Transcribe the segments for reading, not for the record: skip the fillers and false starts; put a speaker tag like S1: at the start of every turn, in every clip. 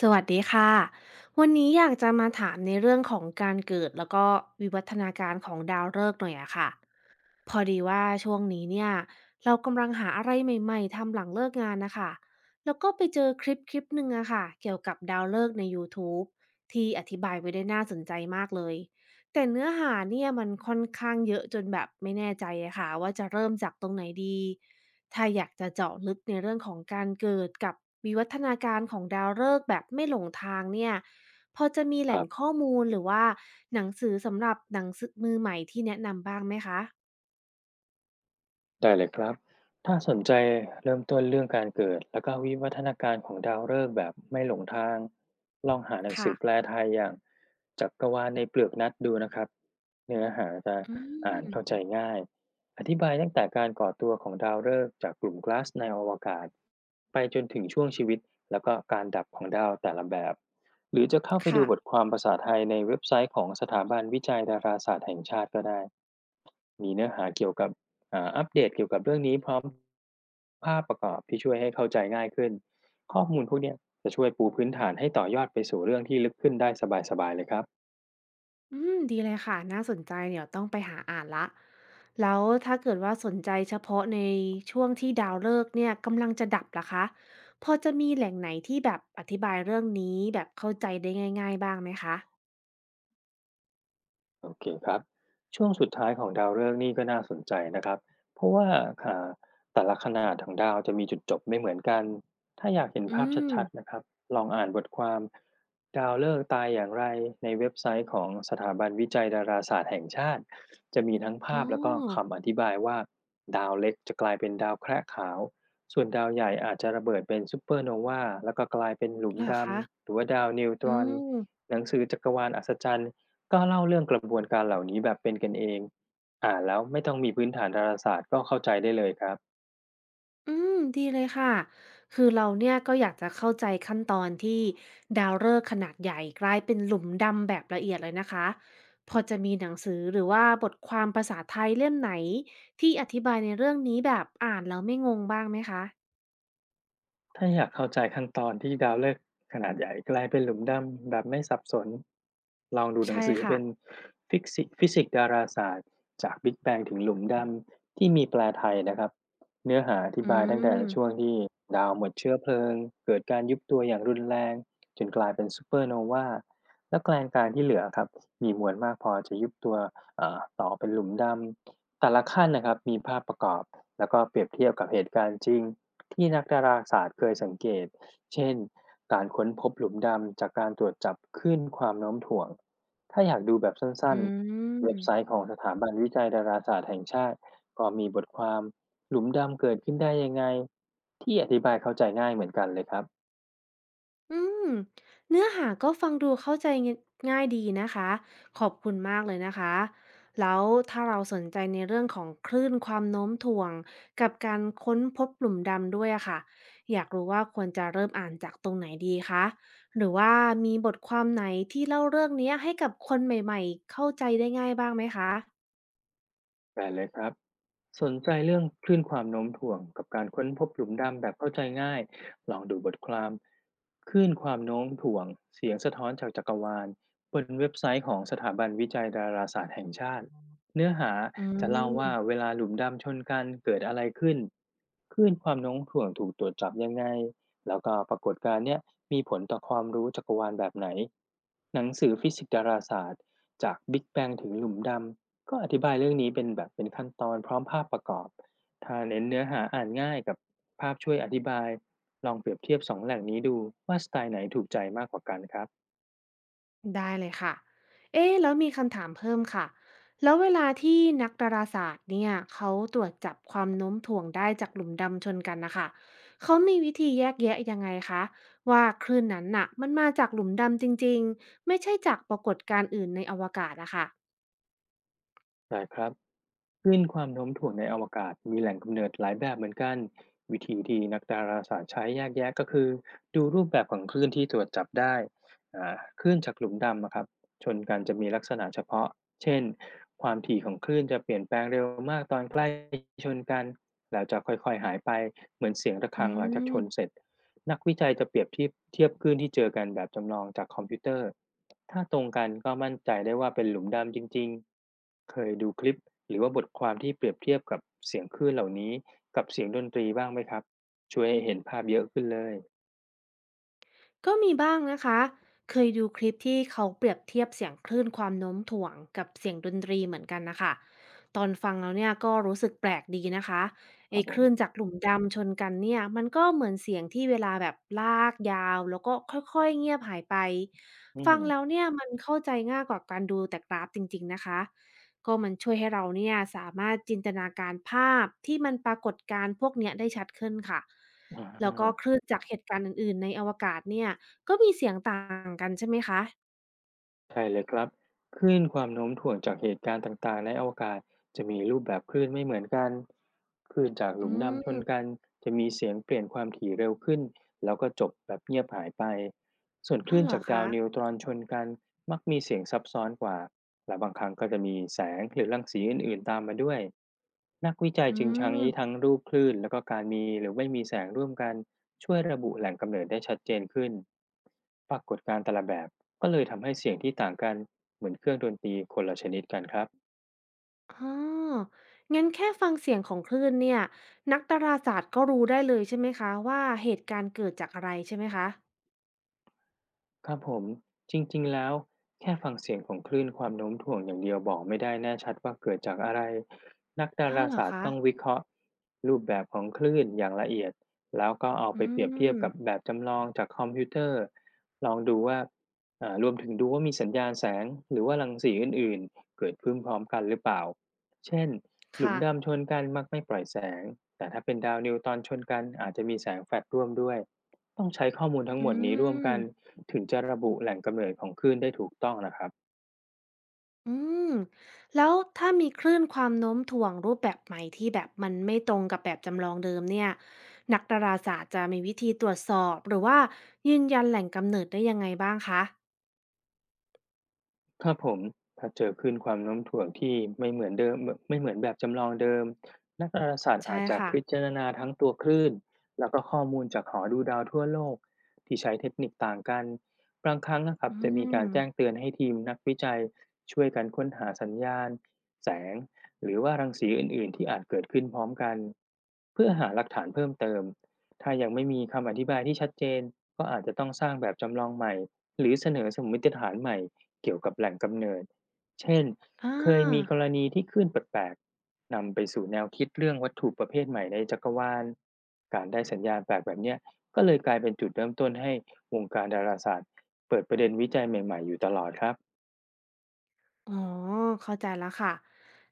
S1: สวัสดีค่ะ วันนี้อยากจะมาถามในเรื่องของการเกิดแล้วก็วิวัฒนาการของดาวฤกษ์หน่อยอะค่ะ พอดีว่าช่วงนี้เนี่ยเรากำลังหาอะไรใหม่ๆทำหลังเลิกงานนะคะ แล้วก็ไปเจอคลิปหนึ่งอะค่ะเกี่ยวกับดาวฤกษ์ใน YouTube ทบที่อธิบายไว้ได้น่าสนใจมากเลย แต่เนื้อหาเนี่ยมันค่อนข้างเยอะจนแบบไม่แน่ใจอะค่ะว่าจะเริ่มจากตรงไหนดี ถ้าอยากจะเจาะลึกในเรื่องของการเกิดกับวิวัฒนาการของดาวฤกษ์แบบไม่หลงทางเนี่ยพอจะมีแห
S2: ค
S1: ล่
S2: รั
S1: ง
S2: บ
S1: ข้อมูลหรือว่าหนังสือมือใหม่ที่แนะนำบ้างไหมคะ
S2: ได้เลยครับถ้าสนใจเริ่มต้นเรื่องการเกิดแล้วก็วิวัฒนาการของดาวฤกษ์แบบไม่หลงทางลองหาหนังสื
S1: ค่ะ
S2: อแปลไทยอย่างจักรวาลในเปลือกนัดดูนะครับเนื้อหาจะ
S1: อื
S2: อ่านเข้าใจ
S1: ม
S2: ง่ายอธิบายตั้งแต่การก่อตัวของดาวฤกษ์จากกลุ่มก๊าซในอวกาศไปจนถึงช่วงชีวิตแล้วก็การดับของดาวแต่ละแบบหรือจะเข้าไปดู
S1: ค่ะ
S2: บทความภาษาไทยในเว็บไซต์ของสถาบันวิจัยดาราศาสตร์แห่งชาติก็ได้มีเนื้อหาเกี่ยวกับ อัปเดตเกี่ยวกับเรื่องนี้พร้อมภาพประกอบที่ช่วยให้เข้าใจง่ายขึ้นข้อมูลพวกเนี้ยจะช่วยปูพื้นฐานให้ต่อยอดไปสู่เรื่องที่ลึกขึ้นได้สบายๆเลยครับ
S1: อืม ดีเลยค่ะน่าสนใจเดี๋ยวต้องไปหาอ่านแล้วแล้วถ้าเกิดว่าสนใจเฉพาะในช่วงที่ดาวฤกษ์เนี่ยกำลังจะดับล่ะคะพอจะมีแหล่งไหนที่แบบอธิบายเรื่องนี้แบบเข้าใจได้ง่ายๆบ้างไหมคะ
S2: โอเคครับช่วงสุดท้ายของดาวฤกษ์นี่ก็น่าสนใจนะครับเพราะว่าอ่าแต่ละขนาดของดาวจะมีจุดจบไม่เหมือนกันถ้าอยากเห็น
S1: อื
S2: ภาพ
S1: ม
S2: ชัดๆนะครับลองอ่านบทความดาวฤกษ์ตายอย่างไรในเว็บไซต์ของสถาบันวิจัยดาราศาสตร์แห่งชาติจะมีทั้ง
S1: อ๋อ
S2: ภาพแล้วก็คำอธิบายว่าดาวเล็กจะกลายเป็นดาวแคระขาวส่วนดาวใหญ่อาจจะระเบิดเป็นซูเปอร์โนวาแล้วก็กลายเป็นหลุม
S1: เหรอ
S2: ด
S1: คะ
S2: ำหรือว่าดาวนิวต
S1: อื
S2: รอน
S1: ม
S2: หนังสือจักรวาลอัศจรรย์ ก็เล่าเรื่องกระบวนการเหล่านี้แบบเป็นกันเอง อ่านแล้วไม่ต้องมีพื้นฐานดาราศาสตร์ก็เข้าใจได้เลยครับ
S1: อืมดีเลยค่ะคือเราเนี่ยก็อยากจะเข้าใจขั้นตอนที่ดาวฤกษ์ขนาดใหญ่กลายเป็นหลุมดำแบบละเอียดเลยนะคะพอจะมีหนังสือหรือว่าบทความภาษาไทยเล่มไหนที่อธิบายในเรื่องนี้แบบอ่านแล้วไม่งงบ้างไหมคะ
S2: ถ้าอยากเข้าใจขั้นตอนที่ดาวฤกษ์ขนาดใหญ่กลายเป็นหลุมดำแบบไม่สับสน ลองดูหนั
S1: ใช่
S2: งสือ
S1: ค่ะ
S2: เป็นฟิสิกดาราศาสตร์จากบิ๊กแบงถึงหลุมดำที่มีแปลไทยนะครับเนื้อหาอธิ
S1: อื
S2: บายตั้งแต่
S1: ม
S2: ช่วงที่ดาวหมดเชื้อเพลิงเกิดการยุบตัวอย่างรุนแรงจนกลายเป็นซูเปอร์โนวาและแกลนกลางที่เหลือครับมีมวลมากพอจะยุบตัวต่อเป็นหลุมดำแต่ละขั้นนะครับมีภาพประกอบแล้วก็เปรียบเทียบกับเหตุการณ์จริง ที่นักดาราศาสตร์เคยสังเกต เช่น การค้นพบหลุมดำจากการตรวจจับคลื่นความโน้มถ่วง ถ้าอยากดูแบบสั้น
S1: อื
S2: ๆ เว็บไซ
S1: ม
S2: ต์ของสถาบันวิจัยดาราศาสตร์แห่งชาติก็มีบทความหลุมดำเกิดขึ้นได้ยังไงที่อธิบายเข้าใจง่ายเหมือนกันเลยครับ
S1: อืมเนื้อหาก็ฟังดูเข้าใจง่ายดีนะคะขอบคุณมากเลยนะคะแล้วถ้าเราสนใจในเรื่องของคลื่นความโน้มถ่วงกับการค้นพบหลุมดำด้วยอะค่ะอยากรู้ว่าควรจะเริ่มอ่านจากตรงไหนดีคะหรือว่ามีบทความไหนที่เล่าเรื่องเนี้ยให้กับคนใหม่ๆเข้าใจได้ง่ายบ้างไหมคะ
S2: ได้เลยครับสนใจเรื่องคลื่นความโน้มถ่วงกับการค้นพบหลุมดำแบบเข้าใจง่ายลองดูบทความคลื่นความโน้มถ่วงเสียงสะท้อนจากจักรวาลบนเว็บไซต์ของสถาบันวิจัยดาราศาสตร์แห่งชาติเนื้อหา
S1: อื
S2: จะเล่าว่าเว
S1: ม
S2: ลาหลุมดำชนกันเกิดอะไรขึ้นคลื่นความโน้มถ่วงถูกตรวจจับยังไงแล้วก็ปรากฏการณ์เนี้ยมีผลต่อความรู้จักรวาลแบบไหนหนังสือฟิสิกส์ดาราศาสตร์จากบิ๊กแบงถึงหลุมดำ ก็อธิบายเรื่องนี้เป็นแบบเป็นขั้นตอนพร้อมภาพประกอบถ้าเน้นเนื้อหาอ่านง่ายกับภาพช่วยอธิบายลองเปรียบเทียบสองแหล่งนี้ดูว่าสไตล์ไหนถูกใจมากกว่ากันครับ
S1: ได้เลยค่ะ เอ๊ะแล้วมีคำถามเพิ่มค่ะ แล้วเวลาที่นักดาราศาสตร์เนี่ยเขาตรวจจับความโน้มถ่วงได้จากหลุมดำชนกันนะคะ เขามีวิธีแยกแยะยังไงคะว่าคลื่นนั้นน่ะมันมาจากหลุมดำจริงๆไม่ใช่จากปรากฏการณ์อื่นในอวกาศอะค่ะ
S2: ได้ครับคลื่นความโน้มถ่วงในอวกาศมีแหล่งกำเนิดหลายแบบเหมือนกันวิธีที่นักดาราศาสตร์ใช้แยกแยะก็คือดูรูปแบบของคลื่นที่ตรวจจับได้คลื่นจากหลุมดำอะครับชนกันจะมีลักษณะเฉพาะเช่นความถี่ของคลื่นจะเปลี่ยนแปลงเร็วมากตอนใกล้ชนกันแล้วจะค่อยๆหายไปเหมือนเสียงระ
S1: อื
S2: ฆังหลังจากช
S1: ม
S2: นเสร็จ นักวิจัยจะเปรียบเทียบคลื่นที่เจอกันแบบจำลองจากคอมพิวเตอร์ ถ้าตรงกันก็มั่นใจได้ว่าเป็นหลุมดำจริงๆเคยดูคลิปหรือว่าบทความที่เปรียบเทียบกับเสียงคลื่นเหล่านี้กับเสียงดนตรีบ้างไหมครับ ช่วยให้เห็นภาพเยอะขึ้นเลย
S1: ก็มีบ้างนะคะเคยดูคลิปที่เขาเปรียบเทียบเสียงคลื่นความโน้มถ่วงกับเสียงดนตรีเหมือนกันนะคะตอนฟังแล้วเนี่ยก็รู้สึกแปลกดีนะคะ
S2: ครั
S1: ไอ้
S2: บผ
S1: ค
S2: ม
S1: ลื่นจากหลุมดำชนกันเนี่ยมันก็เหมือนเสียงที่เวลาแบบลากยาวแล้วก็ค่อยๆเงียบหายไป
S2: อืม
S1: ฟังแล้วเนี่ยมันเข้าใจง่ายกว่าการดูแต่กราฟจริงๆนะคะก็มันช่วยให้เราเนี่ยสามารถจินตนาการภาพที่มันปรากฏการณ์พวกเนี้ยได้ชัดขึ้นค่ะ
S2: อ
S1: แล้วก็ค
S2: า
S1: ลื่นจากเหตุการณ์อื่นๆในอวกาศเนี่ยก็มีเสียงต่างกันใช่ไหมคะ
S2: ใช่เลยครับคลื่นความโน้มถ่วงจากเหตุการณ์ต่างๆในอวกาศจะมีรูปแบบคลื่นไม่เหมือนกันคลื่นจากห
S1: อื
S2: ลุมดำชน
S1: ม
S2: กันจะมีเสียงเปลี่ยนความถี่เร็วขึ้นแล้วก็จบแบบเงียบหายไปส่วนค
S1: อ้า
S2: ลื่
S1: ว
S2: น
S1: เหร
S2: จา
S1: อ
S2: กดาว
S1: คะ
S2: นิวตรอนชนกันมักมีเสียงซับซ้อนกว่าและบางครั้งก็จะมีแสงหรือรังสีอื่นๆตามมาด้วยนักวิจัย
S1: อื
S2: จึงใช้ทั้ง
S1: ม
S2: รูปคลื่นแล้วก็การมีหรือไม่มีแสงร่วมกันช่วยระบุแหล่งกำเนิดได้ชัดเจนขึ้นปรากฏการณ์แต่ละแบบ ก็เลยทำให้เสียงที่ต่างกันเหมือนเครื่องดนตรีคนละชนิดกันครับ
S1: อ๋องั้นแค่ฟังเสียงของคลื่นเนี่ยนักดาราศาสตร์ก็รู้ได้เลยใช่ไหมคะว่าเหตุการณ์เกิดจากอะไรใช่ไหมคะ
S2: ครับผมจริงๆแล้วแค่ฟังเสียงของคลื่นความโน้มถ่วงอย่างเดียวบอกไม่ได้แน่ชัดว่าเกิดจากอะไรนักดา
S1: อ้าว
S2: รา
S1: เหรอ
S2: ศาสตร์
S1: คะ
S2: ต้องวิเคราะห์รูปแบบของคลื่นอย่างละเอียดแล้วก็เอา
S1: อื
S2: ไปเปรียบเทียบ
S1: ม
S2: กับแบบจำลองจากคอมพิวเตอร์ลองดูว่ารวมถึงดูว่ามีสัญญาณแสงหรือว่ารังสีอื่นๆเกิดขึ้นพร้อมกันหรือเปล่าเช่นหลุม
S1: ค่ะ
S2: ดำชนกันมักไม่ปล่อยแสงแต่ถ้าเป็นดาวนิวตอนชนกันอาจจะมีแสงแฟลชร่วมด้วยต้องใช้ข้อมูลทั้งหม
S1: อื
S2: ดนี้ร่วม
S1: ม
S2: กัน ถึงจะระบุแหล่งกำเนิดของคลื่นได้ถูกต้องนะครับ
S1: อืมแล้วถ้ามีคลื่นความโน้มถ่วงรูปแบบใหม่ที่แบบมันไม่ตรงกับแบบจำลองเดิมเนี่ยนักดาราศาสตร์จะมีวิธีตรวจสอบหรือว่ายืนยันแหล่งกำเนิดได้ยังไงบ้างคะ
S2: ครับผมถ้าเจอคลื่นความโน้มถ่วงที่ไม่เหมือนเดิมไม่เหมือนแบบจำลองเดิมนักดาราศาสตร์
S1: ใช่
S2: อาจจะ
S1: ค่ะ
S2: พิจารณาทั้งตัวคลื่นแล้วก็ข้อมูลจากหอดูดาวทั่วโลกที่ใช้เทคนิคต่างกันบางครั้งนะครับ
S1: อื
S2: จะมีการแจ้ง
S1: ม
S2: เตือนให้ทีมนักวิจัยช่วยกันค้นหาสัญญาณแสงหรือว่ารังสีอื่นๆที่อาจเกิดขึ้นพร้อมกันเพื่อหาหลักฐานเพิ่มเติมถ้ายังไม่มีคำอธิบายที่ชัดเจนก็อาจจะต้องสร้างแบบจำลองใหม่หรือเสนอสมมติฐานใหม่ เกี่ยวกับแหล่งกำเนิดเช่น
S1: อา
S2: เคยมีกรณีที่คลื่นแปลกๆนำไปสู่แนวคิดเรื่องวัตถุประเภทใหม่ในจักรวาลการได้สัญญาณแปลกแบบเนี้ยก็เลยกลายเป็นจุดเริ่มต้นให้วงการดาราศาสตร์เปิดประเด็นวิจัยใหม่ๆอยู่ตลอดครับ
S1: อ๋อเข้าใจแล้วค่ะ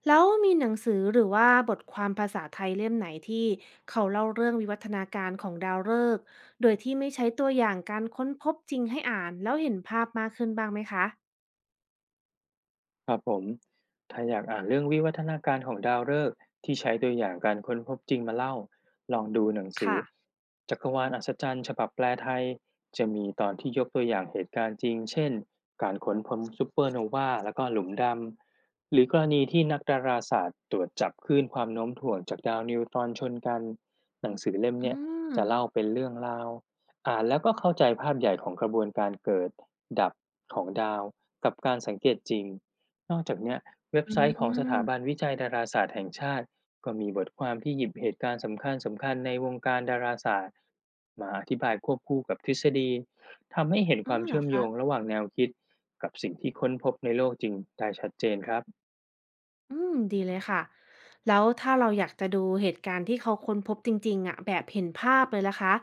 S1: แล้วมีหนังสือหรือว่าบทความภาษาไทยเล่มไหนที่เขาเล่าเรื่องวิวัฒนาการของดาวฤกษ์โดยที่ไม่ใช้ตัวอย่างการค้นพบจริงให้อ่านแล้วเห็นภาพมากขึ้นบ้างไหมคะ
S2: ครับผมถ้าอยากอ่านเรื่องวิวัฒนาการของดาวฤกษ์ที่ใช้ตัวอย่างการค้นพบจริงมาเล่าลองดูหนังสือ
S1: ค่ะ
S2: จักรวาลอัศจรรย์ฉบับแปลไทยจะมีตอนที่ยกตัวอย่างเหตุการณ์จริงเช่นการค้นพบซูเปอร์โนวาแล้วก็หลุมดำหรือกรณีที่นักดาราศาสตร์ตรวจจับคลื่นความโน้มถ่วงจากดาวนิวตรอนชนกันหนังสือเล่ม
S1: อื
S2: เนี่ย
S1: ม
S2: จะเล่าเป็นเรื่องราวอ่านแล้วก็เข้าใจภาพใหญ่ของกระบวนการเกิดดับของดาวกับการสังเกตจริง นอกจากเนี้ยเว็บ
S1: อื
S2: ไซต์ของสถาบัน
S1: ม
S2: วิจัยดาราศาสตร์แห่งชาติก็มีบทความที่หยิบเหตุการณ์สำคัญสำคัญในวงการดาราศาสตร์มาอธิบายควบคู่กับทฤษฎีทำให้เห็นค
S1: อ๋อ
S2: วาม
S1: เหร
S2: เชื่
S1: อ
S2: อมโย
S1: คะ
S2: งระหว่างแนวคิดกับสิ่งที่ค้นพบในโลกจริงได้ชัดเจนครับ
S1: อืมดีเลยค่ะ แล้วถ้าเราอยากจะดูเหตุการณ์ที่เขาค้นพบจริงๆอะแบบเห็นภาพเลยล่ะคะ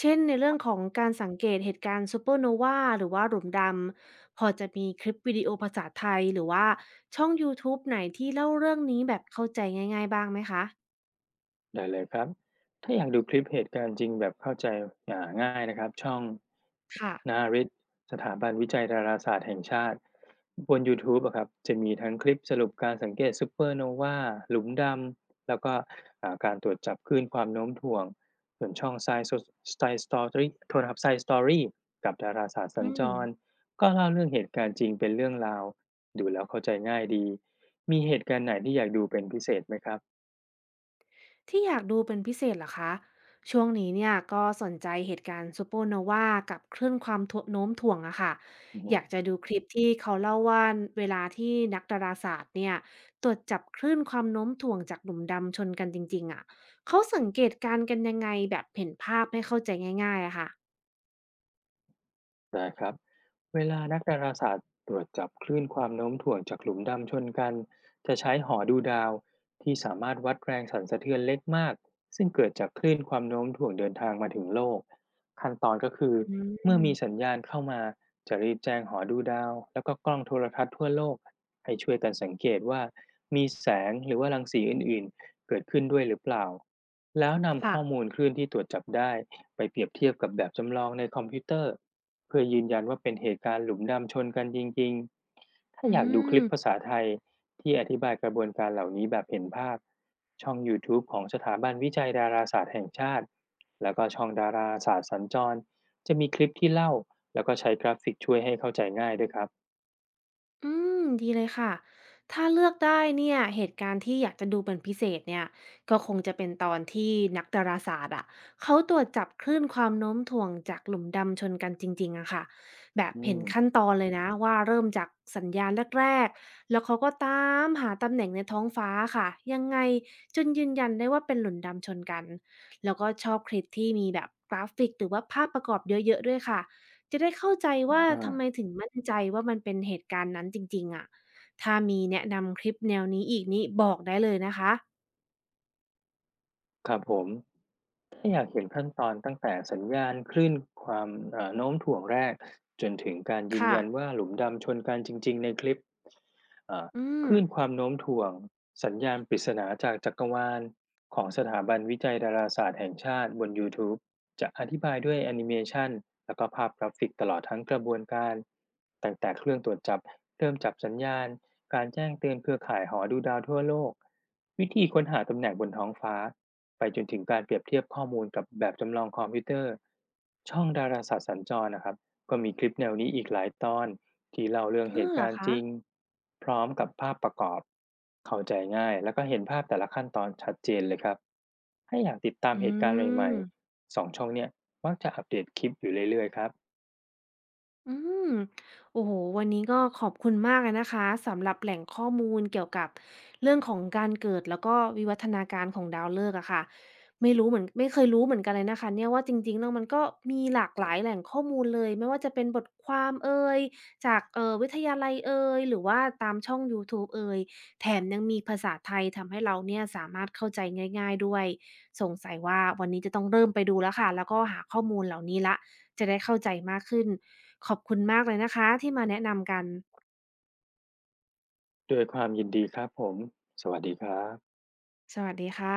S1: เช่นในเรื่องของการสังเกตเหตุการณ์ซูเปอร์โนวาหรือว่าหลุมดำ พอจะมีคลิปวิดีโอภาษาไทยหรือว่าช่องยูทูบไหนที่เล่าเรื่องนี้แบบเข้าใจง่ายๆบ้างไหมคะ
S2: ได้เลยครับ ถ้าอยากดูคลิปเหตุการณ์จริงแบบเข้าใจง่ายนะครับช่อง
S1: ค่ะ
S2: นาริศสถาบันวิจัยดาราศาสตร์แห่งชาติบนยูทูบอะครับจะมีทั้งคลิปสรุปการสังเกตซูเปอร์โนวาหลุมดำแล้วก็การตรวจจับคลื่นความโน้มถ่วงส่วนช่อง Science Story โทษนะครับ Science Story กับดาราศาสตร์สั
S1: อื
S2: ญจร
S1: ม
S2: ก็เล่าเรื่องเหตุการณ์จริงเป็นเรื่องราวดูแล้วเข้าใจง่ายดีมีเหตุการณ์ไหนที่อยากดูเป็นพิเศษไหมครับ
S1: ที่อยากดูเป็นพิเศษเหรอคะช่วงนี้เนี่ยก็สนใจเหตุการณ์ซูเปอร์โนวากับคลื่นความถ่วงโน้มถ่วงอะค่ะ
S2: อือฮึ
S1: อยากจะดูคลิปที่เขาเล่าว่าเวลาที่นักดาราศาสตร์เนี่ยตรวจจับคลื่นความโน้มถ่วงจากหลุมดำชนกันจริงๆอะเขาสังเกตการณ์กันยังไงแบบเห็นภาพให้เข้าใจง่ายๆอะค่ะ
S2: ได้ครับเวลานักดาราศาสตร์ตรวจจับคลื่นความโน้มถ่วงจากหลุมดำชนกัน จะใช้หอดูดาวที่สามารถวัดแรงสั่นสะเทือนเล็กมาก ซึ่งเกิดจากคลื่นความโน้มถ่วงเดินทางมาถึงโลกขั้นตอนก็คือ
S1: อื
S2: เมื่อมีสัญ
S1: ม
S2: ญาณเข้ามา จะรีบแจ้งหอดูดาวแล้วก็กล้องโทรทัศน์ทั่วโลกให้ช่วยกันสังเกตว่ามีแสงหรือว่ารังสีอื่นๆเกิดขึ้นด้วยหรือเปล่าแล้วนำ
S1: ค่ะ
S2: ข้อมูลคลื่นที่ตรวจจับได้ไปเปรียบเทียบกับแบบจำลองในคอมพิวเตอร์ เพื่อยืนยันว่าเป็นเหตุการณ์หลุมดำชนกันจริงๆ ถ้า
S1: อื
S2: อยากดูคลิป
S1: ม
S2: ภาษาไทยที่อธิบายกระบวนการเหล่านี้แบบเห็นภาพ ช่อง YouTube ของสถาบันวิจัยดาราศาสตร์แห่งชาติ แล้วก็ช่องดาราศาสตร์สัญจรจะมีคลิปที่เล่าแล้วก็ใช้กราฟิกช่วยให้เข้าใจง่ายด้วยครับ
S1: อืมดีเลยค่ะ ถ้าเลือกได้เนี่ยเหตุการณ์ที่อยากจะดูเป็นพิเศษเนี่ยก็คงจะเป็นตอนที่นักดาราศาสตร์อ่ะเขาตรวจจับคลื่นความโน้มถ่วงจากหลุมดำชนกันจริงๆอะค่ะแบบ
S2: อื
S1: เห็น
S2: ม
S1: ขั้นตอนเลยนะว่าเริ่มจากสัญญาณแรกๆแล้วเขาก็ตามหาตำแหน่งในท้องฟ้าค่ะยังไงจนยืนยันได้ว่าเป็นหลุมดำชนกันแล้วก็ชอบคลิปที่มีแบบกราฟิกหรือว่าภาพประกอบเยอะๆด้วยค่ะ จะได้เข้าใจ
S2: อ
S1: ว่าทำไม
S2: า
S1: ถึงมั่นใจว่ามันเป็นเหตุการณ์นั้นจริงๆอะถ้ามีแนะนำคลิปแนวนี้อีกนี่บอกได้เลยนะคะ
S2: ครับผม ถ้าอยากเห็นขั้นตอนตั้งแต่สัญญาณคลื่นความโน้มถ่วงแรกจนถึงการยืน
S1: ค่ะ
S2: ยันว่าหลุมดำชนกันจริงๆในคลิปเอ่อ
S1: อื
S2: ค
S1: ม
S2: ลื่นความโน้มถ่วงสัญญาณปริศนาจากจักรวาลของสถาบันวิจัยดาราศาสตร์แห่งชาติบนยูทูบจะอธิบายด้วยแอนิเมชันแล้วก็ภาพกราฟิกตลอดทั้งกระบวนการตั้งแต่เครื่องตรวจจับ เริ่มจับสัญญาณ การแจ้งเตือนเครือข่ายหอดูดาวทั่วโลก วิธีค้นหาตำแหน่งบนท้องฟ้า ไปจนถึงการเปรียบเทียบข้อมูลกับแบบจำลองคอมพิวเตอร์ ช่องดาราศาสตร์สัญจรนะครับก็มีคลิปแนวนี้อีกหลายตอนที่เล่าเรื่องเห
S1: อ้อ
S2: ตุ
S1: เหร
S2: กา
S1: อ
S2: รณ์จ
S1: คะ
S2: ริง พร้อมกับภาพประกอบเข้าใจง่ายแล้วก็เห็นภาพแต่ละขั้นตอนชัดเจนเลยครับถ้าอยากติดตาม
S1: อื
S2: เหตุการณ์ใหม่
S1: ม
S2: ๆสองช่องเนี่ยมักจะอัปเดตคลิปอยู่เรื่อยๆครับ
S1: อืมโอ้โหวันนี้ก็ขอบคุณมากเลยนะคะสำหรับแหล่งข้อมูลเกี่ยวกับเรื่องของการเกิดแล้วก็วิวัฒนาการของดาวฤกษ์อะค่ะไม่รู้เหมือนไม่เคยรู้เหมือนกันเลยนะคะเนี่ยว่าจริงๆแล้วมันก็มีหลากหลายแหล่งข้อมูลเลยไม่ว่าจะเป็นบทความเอยจากวิทยาลัยเอยหรือว่าตามช่องยูทูบเอยแถมยังมีภาษาไทยทำให้เราเนี่ยสามารถเข้าใจง่ายๆด้วยสงสัยว่าวันนี้จะต้องเริ่มไปดูแล้วค่ะแล้วก็หาข้อมูลเหล่านี้ละ จะได้เข้าใจมากขึ้นขอบคุณมากเลยนะคะที่มาแนะนำกัน
S2: ด้วยความยินดีครับผมสวัสดีครับ
S1: สวัสดีค่ะ